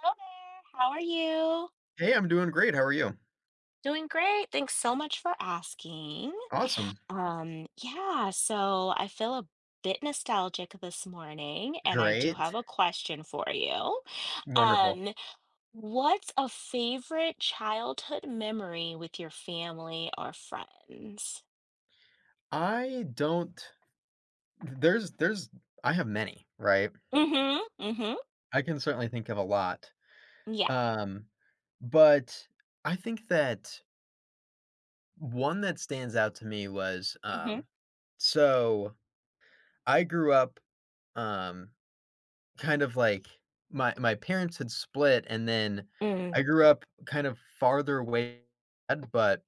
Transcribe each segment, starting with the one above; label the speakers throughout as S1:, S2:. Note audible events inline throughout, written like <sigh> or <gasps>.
S1: Hello there. How are you?
S2: Hey, I'm doing great. How are you?
S1: Doing great. Thanks so much for asking.
S2: Awesome.
S1: Yeah, so I feel a bit nostalgic this morning, and I do
S2: Great.
S1: have a question for you.
S2: Wonderful.
S1: Um, what's a favorite childhood memory with your family or friends?
S2: I don't there's I have many, right?
S1: Mm-hmm. Mm-hmm.
S2: I can certainly think of a lot.
S1: Yeah.
S2: Um, but I think that one that stands out to me was
S1: Mm-hmm.
S2: so I grew up, um kind of like, my parents had split, and then
S1: Mm.
S2: I grew up kind of farther away, but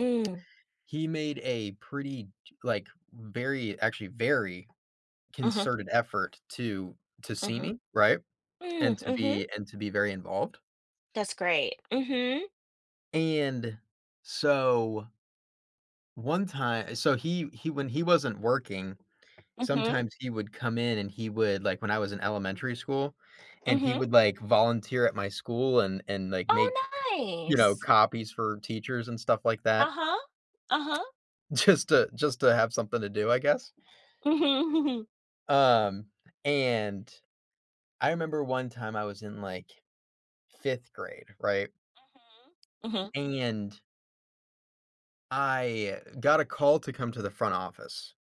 S1: Mm.
S2: he made a pretty, like, very actually, very
S1: Mm-hmm.
S2: concerted effort to see
S1: Mm-hmm.
S2: me, right? And
S1: Mm, mm-hmm.
S2: to be very involved.
S1: That's great. Mm-hmm.
S2: And so, one time, so he when he wasn't working,
S1: Mm-hmm.
S2: sometimes he would come in and he would, like, when I was in elementary school, and he
S1: Mm-hmm.
S2: would, like, volunteer at my school and, like,
S1: Oh,
S2: make,
S1: nice.
S2: copies for teachers and stuff like that,
S1: Uh-huh. Uh-huh.
S2: <laughs> just to have something to do, I guess.
S1: Mhm, mhm.
S2: Um, and I remember one time I was in, like, 5th grade, right?
S1: Mhm. Mhm. <laughs>
S2: And I got a call to come to the front office,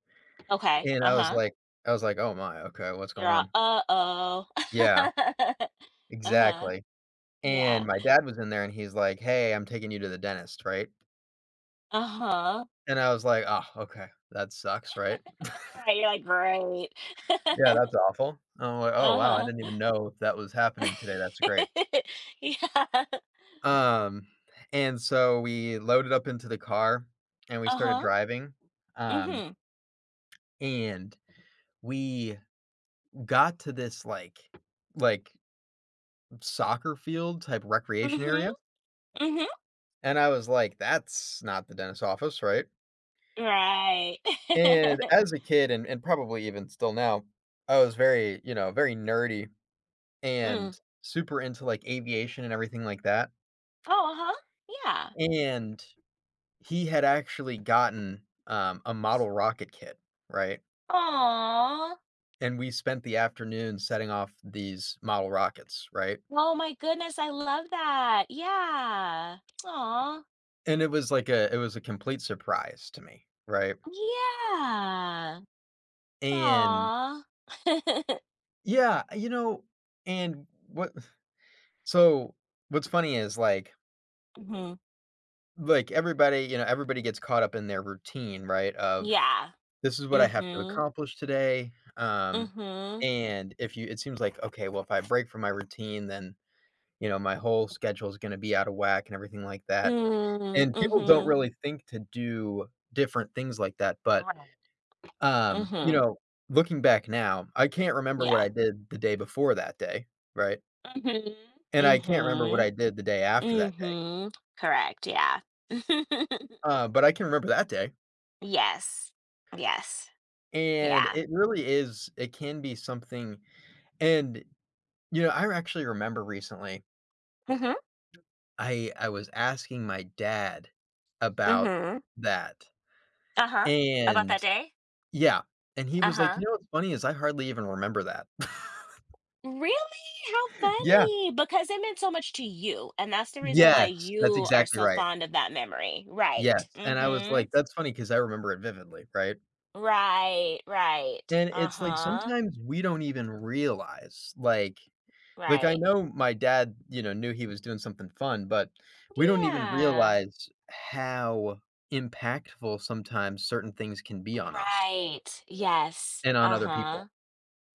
S1: Okay.
S2: and I was
S1: Uh-huh.
S2: like I was like, "Oh my, okay, what's
S1: You're
S2: going
S1: all,
S2: on?"
S1: uh-oh.
S2: Yeah,
S1: <laughs> Uh-huh.
S2: exactly. And
S1: Yeah.
S2: my dad was in there, and he's like, "Hey, I'm taking you to the dentist," right?
S1: Uh-huh.
S2: And I was like, "Oh, okay, that sucks," right?
S1: Right. You're like, great. <laughs>
S2: Yeah, that's awful. Oh, like, "Oh, wow, I
S1: Uh-huh.
S2: didn't even know that was happening today. That's great."
S1: <laughs> Yeah.
S2: Um, and so we loaded up into the car and we started
S1: Uh-huh.
S2: driving, um,
S1: Mm-hmm.
S2: and we got to this, like, soccer field type recreation
S1: Mm-hmm.
S2: area,
S1: Mm-hmm.
S2: and I was like, "That's not the dentist office, right?"
S1: Right.
S2: And
S1: <laughs>
S2: as a kid, and probably even still now, I was very, you know, very nerdy and
S1: Mm.
S2: super into, like, aviation and everything like that,
S1: Oh, uh-huh. Yeah.
S2: and he had actually gotten, a model rocket kit, right?
S1: Aw.
S2: And we spent the afternoon setting off these model rockets, right?
S1: Oh my goodness, I love that. Yeah. Aw.
S2: And it was a complete surprise to me, right?
S1: Yeah.
S2: And
S1: Aw. <laughs>
S2: yeah, you know, and what so what's funny is like
S1: Mhm.
S2: like everybody, everybody gets caught up in their routine, right? Of,
S1: Yeah.
S2: this is what I have to
S1: Mhm.
S2: accomplish today.
S1: Mhm.
S2: And if you, it seems like, okay, well, if I break from my routine, then, you know, my whole schedule is going to be out of whack and everything like that.
S1: Mm.
S2: And people don't
S1: Mhm.
S2: really think to do different things like that. But,
S1: Right.
S2: you
S1: Mhm.
S2: know, looking back now, I can't remember what
S1: Yeah.
S2: I did the day before that day. Right.
S1: Mhm.
S2: And I can't remember what I
S1: Mhm.
S2: did the day after that day,
S1: Mhm. Correct. Yeah. <laughs>
S2: but I can remember that day,
S1: Yes. Yes.
S2: and
S1: Yeah.
S2: it really is it can be something. And, you know, I actually remember recently,
S1: Mhm.
S2: I was asking my dad about
S1: Mhm.
S2: that,
S1: Uh-huh. About that
S2: and
S1: day?
S2: yeah, and he was like,
S1: Uh-huh.
S2: "You know what's funny is I hardly even remember that." <laughs>
S1: Really? How
S2: Yeah.
S1: funny, because it meant so much to you, and that's the reason why
S2: Yes, that's
S1: you are
S2: exactly
S1: so
S2: right.
S1: fond of that memory, right,
S2: Yes, and I was
S1: mhm,
S2: like, "That's funny because I remember it vividly," right?
S1: right, right,
S2: And it's like
S1: uh-huh,
S2: sometimes we don't even realize, like, I
S1: right,
S2: know my dad, you know, knew he was doing something fun, but we don't even
S1: yeah,
S2: realize how impactful sometimes certain things can be on us
S1: right, yes,
S2: and on other
S1: uh-huh,
S2: people.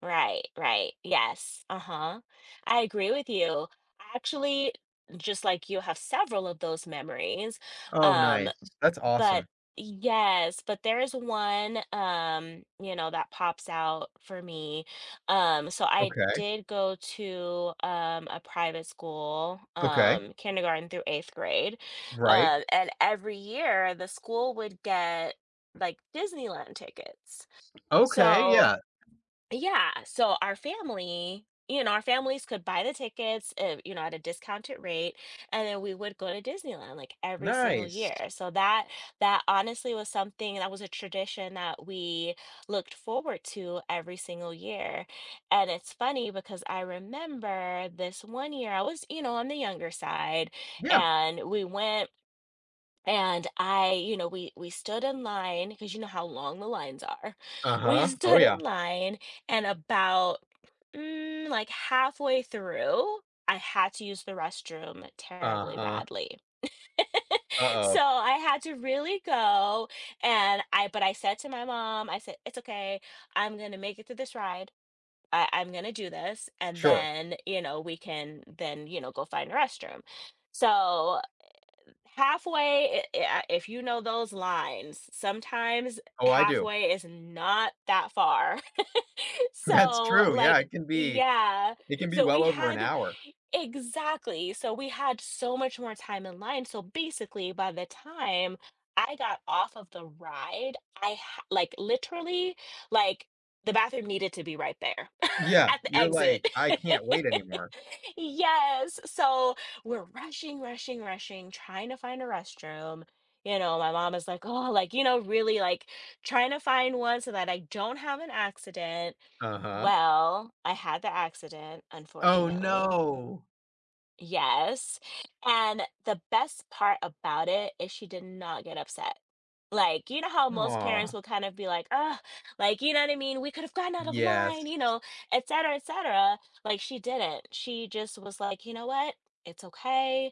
S1: right, right, yes, uh-huh, I agree with you, I actually, just like you, have several of those memories,
S2: Oh,
S1: um
S2: nice. That's
S1: But
S2: awesome.
S1: yes, but there is one, you know, that pops out for me. So I
S2: Okay.
S1: did go to a private school,
S2: Okay.
S1: kindergarten through eighth grade.
S2: Right.
S1: And every year the school would get like Disneyland tickets.
S2: Okay,
S1: So
S2: yeah.
S1: yeah, so our family you know, our families could buy the tickets, you know, at a discounted rate, and then we would go to Disneyland, like, every single
S2: Nice.
S1: year, so that that honestly was something that was a tradition that we looked forward to every single year, and it's funny because I remember this one year I was, you know, on the younger side,
S2: Yeah.
S1: and we went and I, you know, we stood in line because you know how long the lines are. <laughs> We
S2: Uh-huh. Oh,
S1: stood in
S2: yeah.
S1: line and about like halfway through, I had to use the restroom terribly
S2: Uh-huh.
S1: badly. <laughs> So
S2: Uh-oh.
S1: I had to really go and I but I said to my mom, I said, it's okay. I'm gonna make it through this ride. I'm gonna do this and
S2: Sure.
S1: then, you know, we can then, you know, go find a restroom. So halfway, i- if you know those lines, sometimes
S2: Oh, I do.
S1: halfway is not that far. <laughs>
S2: <laughs> That's
S1: So,
S2: true, yeah,
S1: yeah.
S2: it can be
S1: So we
S2: well over an
S1: had
S2: hour.
S1: Exactly. So we had so much more time in line. So basically, by the time I got off of the ride, like literally like the bathroom needed to be right there <laughs>
S2: Yeah,
S1: at the
S2: you're like,
S1: exit.
S2: "I
S1: <laughs>
S2: can't wait anymore."
S1: Yes. So we're rushing, rushing, rushing, trying to find a restroom. You know, my mom is like, oh, like, you know, really like trying to find one so that I don't have an accident.
S2: Uh-huh.
S1: Well, I had the accident,
S2: Oh,
S1: unfortunately.
S2: no.
S1: Yes, and the best part about it is she did not get upset. Like, you know how most parents
S2: Aw,
S1: will kind of be like, "Ugh," like, you know what I mean? "We could've gotten out of
S2: yes,
S1: line," you know, et cetera, et cetera. Like, she didn't. She just was like, "You know what? It's okay.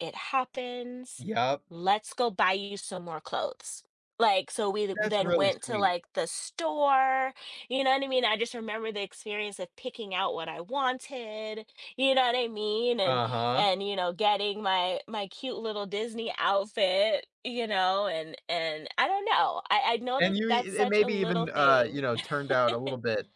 S1: It happens.
S2: yep,
S1: Let's go buy you some more clothes." Like, so we th
S2: that's
S1: then
S2: really
S1: went to,
S2: sweet.
S1: like, the store, you know what I mean? I just remember the experience of picking out what I wanted, you know what I mean?
S2: Uh-huh,
S1: And you know getting my cute little Disney outfit you know and I don't know I know that
S2: and you
S1: that's
S2: e and
S1: such a
S2: maybe
S1: little
S2: even,
S1: thing.
S2: you know, turned out a little bit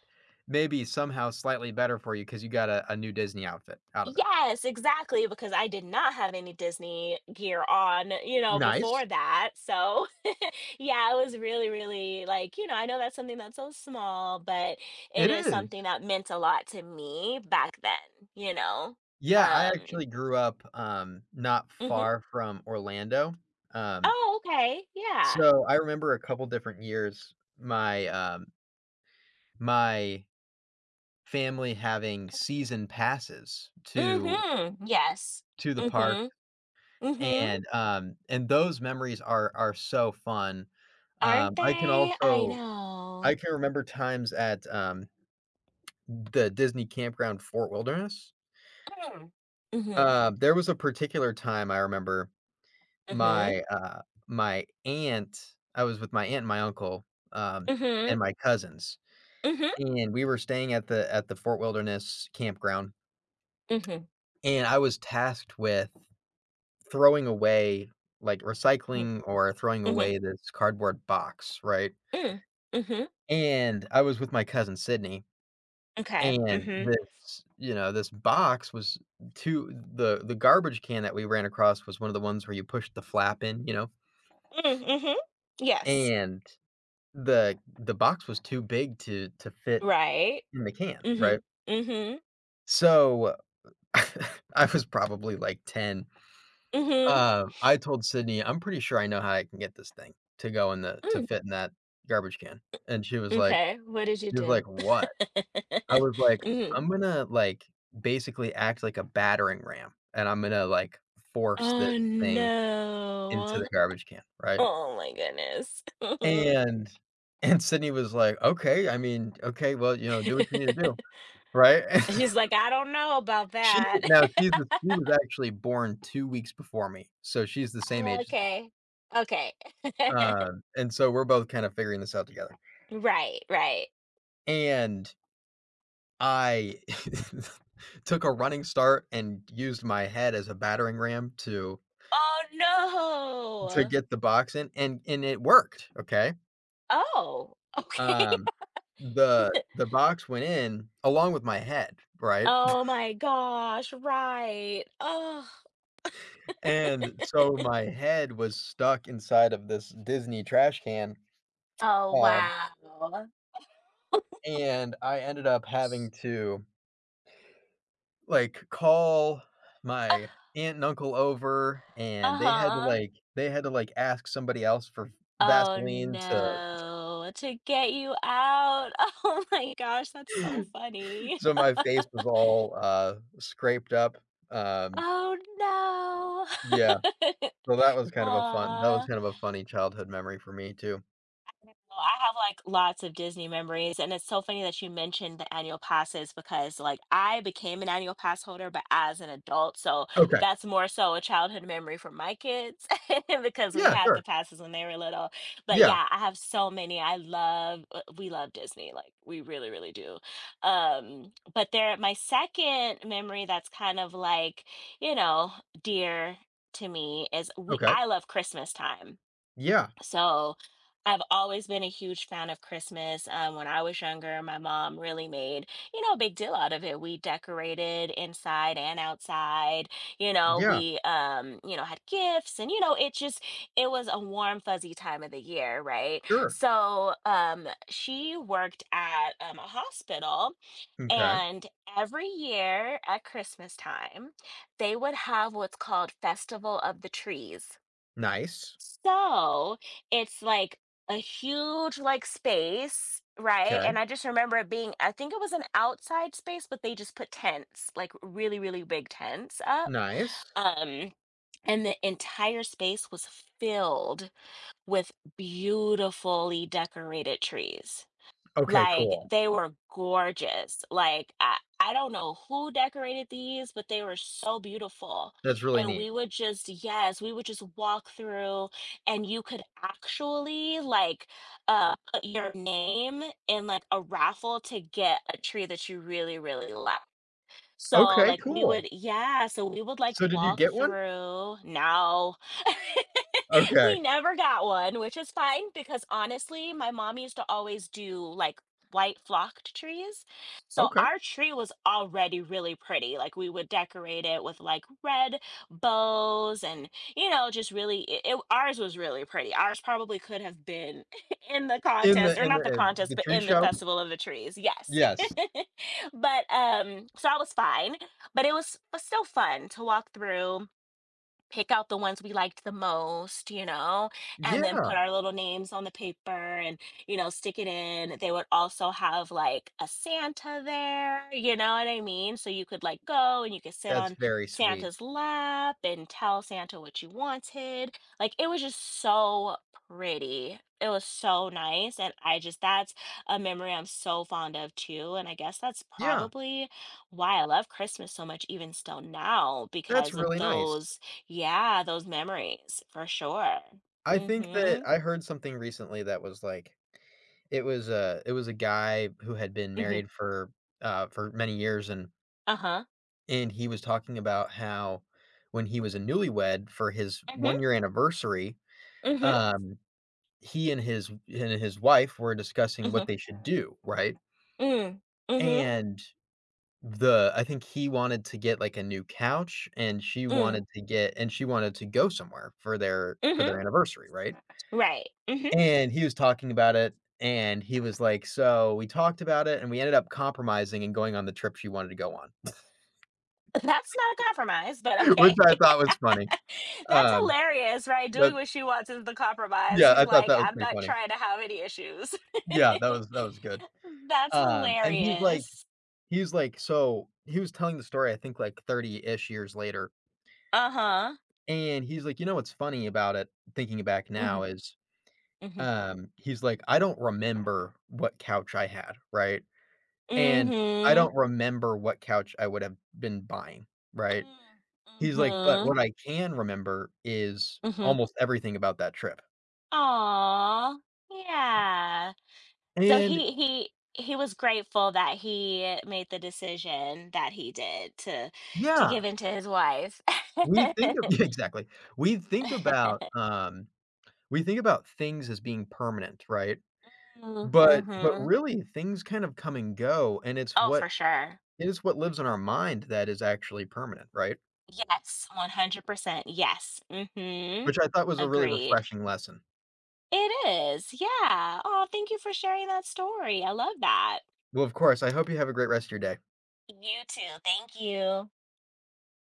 S2: maybe somehow slightly better for you because you got a new Disney outfit out of it.
S1: Yes, exactly, because I did not have any Disney gear on you know before
S2: Nice.
S1: that so <laughs> yeah it was really really like you know I know that's something that's so small but it
S2: It
S1: is
S2: is.
S1: something that meant a lot to me back then you know.
S2: Yeah, I
S1: Um,
S2: actually grew up, not
S1: mhm.
S2: far from Orlando, um,
S1: Oh, okay, yeah.
S2: so I remember a couple different years my, my family having season passes
S1: Mhm, yes.
S2: to the park.
S1: Mhm. Mhm.
S2: And those memories are so fun.
S1: Aren't
S2: Um, I can
S1: they? I
S2: also I
S1: know.
S2: can remember times at, the Disney Campground Fort Wilderness.
S1: Mm. Mhm.
S2: There was a particular time I remember
S1: Mhm.
S2: my, my aunt, I was with my aunt and my uncle, um,
S1: Mhm.
S2: and my cousins,
S1: Mhm.
S2: and we were staying at the Fort Wilderness Campground,
S1: Mhm.
S2: and I was tasked with throwing away, like,
S1: Mhm.
S2: recycling or throwing
S1: Mhm.
S2: away this cardboard box, right?
S1: Mm. Mhm.
S2: And I was with my cousin Sydney,
S1: Okay.
S2: and
S1: Mhm.
S2: this, you know, this box was to the garbage can that we ran across was one of the ones where you pushed the flap in, you know,
S1: Mm. Mhm. Yes.
S2: and the box was too big to fit
S1: Right.
S2: in the can, right?
S1: Mhm. Mhm.
S2: So, <laughs> I was probably like 10.
S1: Mhm.
S2: I told Sydney, "I'm pretty sure I know how I can get this thing to go in the to
S1: Mm.
S2: fit in that garbage can." And she was like
S1: Okay. What did you
S2: she was like,
S1: do?
S2: "What?" I
S1: <laughs>
S2: was like,
S1: Mhm.
S2: "I'm gonna, like, basically act like a battering ram, and I'm gonna, like, force this
S1: Oh
S2: thing into
S1: no.
S2: the garbage can," right?
S1: Oh my goodness. <laughs> Mhm.
S2: And Sydney was like, "Okay, I mean, okay, well, you know, do what you need to do,"
S1: <laughs>
S2: right? <laughs>
S1: She's like, I don't know about
S2: She
S1: that.
S2: now she's the She was
S1: <laughs>
S2: actually born 2 weeks before me, so she's the same
S1: Oh,
S2: age as me.
S1: okay. Okay. <laughs>
S2: And so we're both kind of figuring this out together.
S1: Right, right.
S2: And I <laughs> took a running start and used my head as a battering ram to
S1: Oh, no.
S2: Get the box in, and it worked, okay?
S1: Oh, okay.
S2: Um, the
S1: <laughs>
S2: the box went in along with my head, right?
S1: Oh my gosh, right. Oh.
S2: And so my head was stuck inside of this Disney trash can,
S1: Oh,
S2: um,
S1: wow.
S2: and I ended up having to, like, call my aunt and uncle over, and
S1: Uh-huh.
S2: they had to, like, ask somebody else for
S1: Oh,
S2: Vaseline to
S1: no. To get you out. <laughs> Oh my gosh,
S2: <gasps>
S1: that's so
S2: <laughs>
S1: funny.
S2: so my face
S1: <laughs>
S2: was all, scraped up, um
S1: Oh,
S2: yeah.
S1: no.
S2: So that was
S1: <laughs>
S2: kind of a fun that was
S1: Aw.
S2: kind of a funny childhood memory for me too.
S1: Well, I have like lots of Disney memories, and it's so funny that you mentioned the annual passes because like I became an annual pass holder, but as an adult, so
S2: Okay.
S1: that's more so a childhood memory for my kids <laughs> because we
S2: Yeah,
S1: had the
S2: sure.
S1: passes when they were little. But
S2: Yeah.
S1: yeah, I have so many. I love we love Disney, like we really, really do. My second memory that's kind of like, you know, dear to me is we
S2: Okay.
S1: I love Christmas time.
S2: Yeah.
S1: So I've always been a huge fan of Christmas. When I was younger, my mom really made, you know, a big deal out of it. We decorated inside and outside. You know,
S2: Yeah.
S1: we, you know, had gifts and, you know, it was a warm, fuzzy time of the year, right?
S2: Sure.
S1: So she worked at a hospital
S2: Okay.
S1: and every year at Christmas time, they would have what's called Festival of the Trees.
S2: Nice.
S1: So, it's like a huge, like, space, right?
S2: Okay.
S1: And I just remember it being I think it was an outside space, but they just put tents, like, really, really big tents up,
S2: Nice.
S1: um, and the entire space was filled with beautifully decorated trees.
S2: Okay,
S1: Like,
S2: cool.
S1: they were gorgeous. Like, I don't know who decorated these, but they were so beautiful.
S2: That's really
S1: And
S2: neat.
S1: we would just yes, we would just walk through and you could actually, like, put your name in, like, a raffle to get a tree that you really, really like. So,
S2: Okay,
S1: like, we would
S2: cool.
S1: yeah, so we would, like,
S2: So did you
S1: walk
S2: get one?
S1: through now. <laughs>
S2: Okay.
S1: We never got one, which is fine because, honestly, my mom used to always do, like, white flocked trees. So,
S2: Okay.
S1: our tree was already really pretty, like, we would decorate it with, like, red bows and, you know, just really it it ours was really pretty. Ours probably could have been <laughs> in the
S2: In
S1: contest
S2: the
S1: or not the contest, but
S2: tree
S1: in the
S2: show?
S1: Festival of the Trees, yes. <laughs>
S2: Yes.
S1: <laughs> But I was fine but it was still fun to walk through, pick out the ones we liked the most, you know, and then put
S2: Yeah.
S1: our little names on the paper and, you know, stick it in. They would also have like a Santa there, you know what I mean? So you could like go and you could sit
S2: That's
S1: on
S2: very sweet.
S1: Santa's lap and tell Santa what you wanted. Like it was just so pretty. It was so nice. And I just, that's a memory I'm so fond of too. And I guess that's
S2: Yeah.
S1: probably why I love Christmas so much, even still now,
S2: That's
S1: because of
S2: really nice.
S1: those yeah, those memories for sure.
S2: I think that
S1: Mhm.
S2: I heard something recently that was like, it was a it was a guy who had been
S1: Mhm.
S2: married for many years,
S1: Uh-huh.
S2: and he was talking about how when he was a newlywed for his
S1: Mhm.
S2: one-year anniversary,
S1: Mhm.
S2: um, he and his wife were discussing
S1: Mhm.
S2: what they should do, right?
S1: Mm. Mhm.
S2: And the I think he wanted to get, like, a new couch, and
S1: Mm.
S2: she wanted to go somewhere for their for
S1: Mhm.
S2: their anniversary, right?
S1: Right. Mhm.
S2: And he was talking about it, and he was like, "So we talked about it, and we ended up compromising and going on the trip she wanted to go on,"
S1: <laughs> That's not a compromise, but
S2: <laughs>
S1: okay.
S2: which I thought was funny.
S1: <laughs> That's
S2: Um,
S1: hilarious, right? Doing
S2: that
S1: what she wants is the compromise.
S2: Yeah,
S1: He's
S2: I thought
S1: like,
S2: that was
S1: I'm
S2: pretty
S1: not
S2: funny.
S1: trying to have any issues.
S2: Yeah, that
S1: <laughs>
S2: was that was good.
S1: That's
S2: And
S1: hilarious.
S2: he's like, So he was telling the story, I think, like, 30-ish years later,
S1: Uh-huh.
S2: and he's like, "You know what's funny about it, thinking back now
S1: Mhm.
S2: is,"
S1: Mhm.
S2: he's like, "I don't remember what couch I had," right? And I
S1: Mhm.
S2: don't remember what couch I would have been buying, right?
S1: Mm.
S2: He's like, "But
S1: Mhm.
S2: what I can remember is
S1: Mhm.
S2: almost everything about that trip."
S1: Aw. Yeah. So
S2: And
S1: he was grateful that he made the decision that he did to give
S2: yeah,
S1: in to his wife. <laughs>
S2: we think of <laughs> yeah, exactly. We think about, things as being permanent, right? But
S1: Mm-hmm.
S2: really things kind of come and go, and
S1: Oh, for sure.
S2: it is what lives in our mind that is actually permanent, right?
S1: Yes, 100%. Yes. Mm-hmm.
S2: Which I thought was a really
S1: Agreed.
S2: refreshing lesson.
S1: It is. Yeah. Oh, thank you for sharing that story. I love that.
S2: Well, of course, I hope you have a great rest of your day.
S1: You too. Thank you.